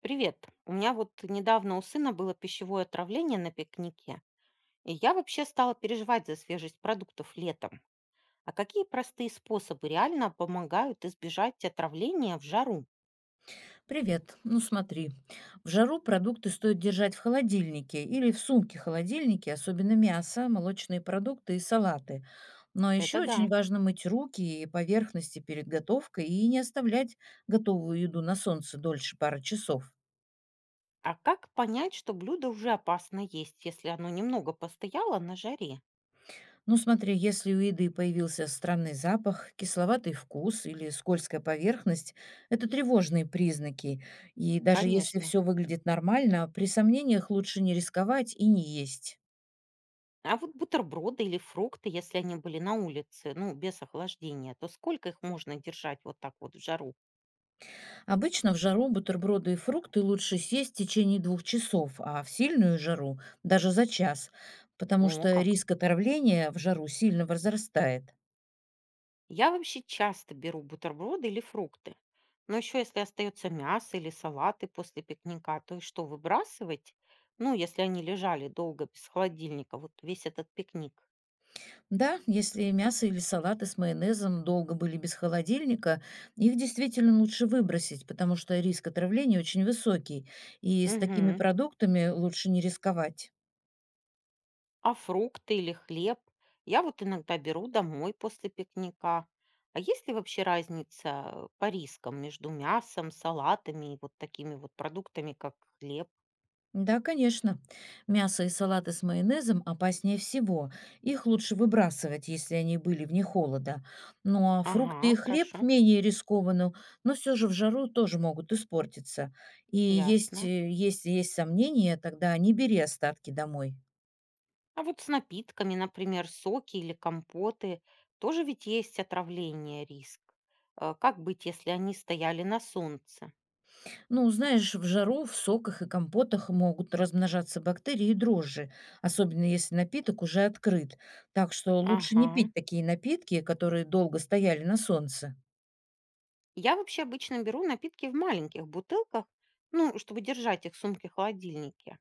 Привет. У меня вот недавно у сына было пищевое отравление на пикнике, и я вообще стала переживать за свежесть продуктов летом. А какие простые способы реально помогают избежать отравления в жару? Привет. Ну смотри, в жару продукты стоит держать в холодильнике или в сумке холодильнике, особенно мясо, молочные продукты и салаты. Но Это еще да. очень важно мыть руки и поверхности перед готовкой и не оставлять готовую еду на солнце дольше пары часов. А как понять, что блюдо уже опасно есть, если оно немного постояло на жаре? Ну смотри, если у еды появился странный запах, кисловатый вкус или скользкая поверхность, это тревожные признаки. И даже если Конечно. все выглядит нормально, при сомнениях лучше не рисковать и не есть. А вот бутерброды или фрукты, если они были на улице, ну, без охлаждения, то сколько их можно держать вот так вот в жару? Обычно в жару бутерброды и фрукты лучше съесть в течение двух часов, а в сильную жару даже за час, потому О, что как? риск отравления в жару сильно возрастает. Я вообще часто беру бутерброды или фрукты. Но еще если остается мясо или салаты после пикника, то и что, выбрасывать? Ну, если они лежали долго без холодильника, вот весь этот пикник. Да, если мясо или салаты с майонезом долго были без холодильника, их действительно лучше выбросить, потому что риск отравления очень высокий, и с такими Мгм. продуктами лучше не рисковать. А фрукты или хлеб? Я вот иногда беру домой после пикника. А есть ли вообще разница по рискам между мясом, салатами и вот такими вот продуктами, как хлеб? Да, конечно. Мясо и салаты с майонезом опаснее всего. Их лучше выбрасывать, если они были вне холода. Ну а фрукты и Ага, хлеб хорошо, менее рискованно, но все же в жару тоже могут испортиться. И ясно. Если есть сомнения, тогда не бери остатки домой. А вот с напитками, например, соки или компоты, тоже ведь есть отравление риск. Как быть, если они стояли на солнце? Ну, знаешь, в жару в соках и компотах могут размножаться бактерии и дрожжи, особенно если напиток уже открыт. Так что лучше не Ага. пить такие напитки, которые долго стояли на солнце. Я вообще обычно беру напитки в маленьких бутылках, ну, чтобы держать их в сумке-холодильнике.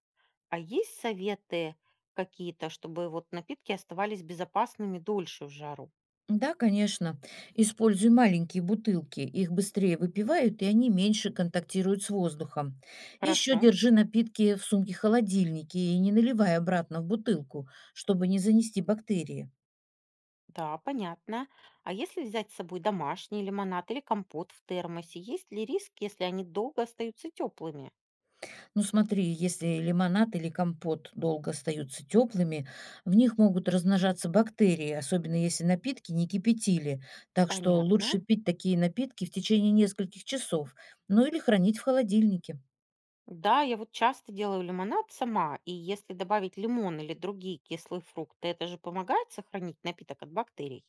А есть советы какие-то, чтобы вот напитки оставались безопасными дольше в жару? Да, конечно. Используй маленькие бутылки. Их быстрее выпивают, и они меньше контактируют с воздухом. Еще Хорошо. держи напитки в сумке-холодильнике и не наливай обратно в бутылку, чтобы не занести бактерии. Да, понятно. А если взять с собой домашний лимонад или компот в термосе, есть ли риск, если они долго остаются теплыми? Ну смотри, если лимонад или компот долго остаются теплыми, в них могут размножаться бактерии, особенно если напитки не кипятили. Так что Понятно. лучше пить такие напитки в течение нескольких часов, ну или хранить в холодильнике. Да, я вот часто делаю лимонад сама, и если добавить лимон или другие кислые фрукты, это же помогает сохранить напиток от бактерий.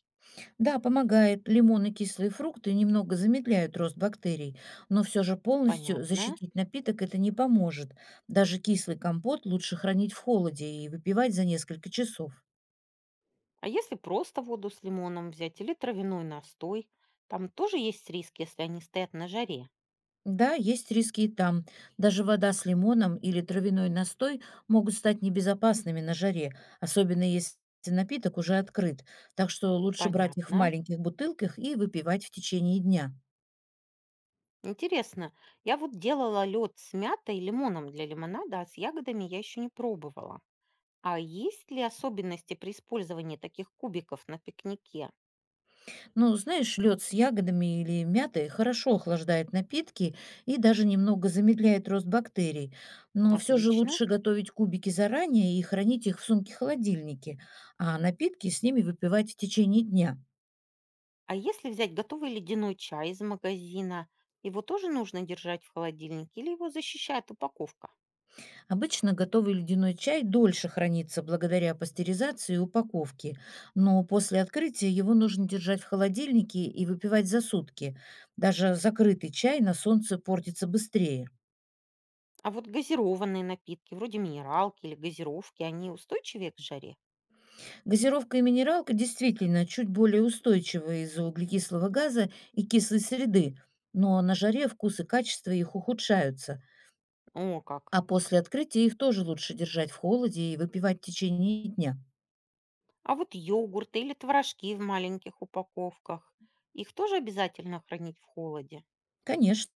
Да, помогает. Лимон и кислые фрукты немного замедляют рост бактерий, но все же полностью Понятно. защитить напиток это не поможет. Даже кислый компот лучше хранить в холоде и выпивать за несколько часов. А если просто воду с лимоном взять или травяной настой, там тоже есть риск, если они стоят на жаре. Да, есть риски и там. Даже вода с лимоном или травяной настой могут стать небезопасными на жаре, особенно если напиток уже открыт. Так что лучше брать их в Понятно. маленьких бутылках и выпивать в течение дня. Интересно, я вот делала лед с мятой и лимоном для лимонада, а с ягодами я еще не пробовала. А есть ли особенности при использовании таких кубиков на пикнике? Ну, знаешь, лед с ягодами или мятой хорошо охлаждает напитки и даже немного замедляет рост бактерий. Но все же Отлично. лучше готовить кубики заранее и хранить их в сумке-холодильнике, а напитки с ними выпивать в течение дня. А если взять готовый ледяной чай из магазина, его тоже нужно держать в холодильнике или его защищает упаковка? Обычно готовый ледяной чай дольше хранится благодаря пастеризации и упаковке, но после открытия его нужно держать в холодильнике и выпивать за сутки. Даже закрытый чай на солнце портится быстрее. А вот газированные напитки, вроде минералки или газировки, они устойчивее к жаре? Газировка и минералка действительно чуть более устойчивы из-за углекислого газа и кислой среды, но на жаре вкус и качество их ухудшаются, О, как. а после открытия их тоже лучше держать в холоде и выпивать в течение дня. А вот йогурты или творожки в маленьких упаковках, их тоже обязательно хранить в холоде? Конечно,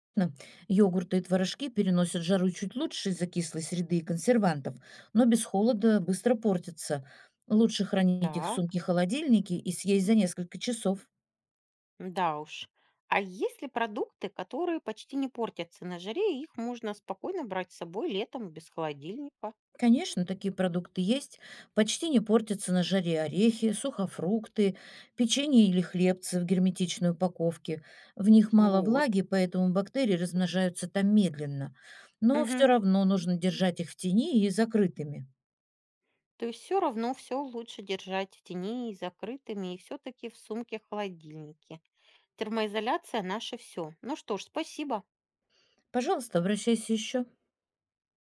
йогурты и творожки переносят жару чуть лучше из-за кислой среды и консервантов, но без холода быстро портятся. Лучше хранить их в Так, сумке-холодильнике и съесть за несколько часов. да уж. А есть ли продукты, которые почти не портятся на жаре, и их можно спокойно брать с собой летом без холодильника? Конечно, такие продукты есть. Почти не портятся на жаре орехи, сухофрукты, печенье или хлебцы в герметичной упаковке. В них мало Вот. влаги, поэтому бактерии размножаются там медленно. Но Мгм. все равно нужно держать их в тени и закрытыми. То есть все равно все лучше держать в тени и закрытыми, и все-таки в сумке-холодильнике. Термоизоляция наше все. Ну что ж, спасибо. Пожалуйста, обращайся еще.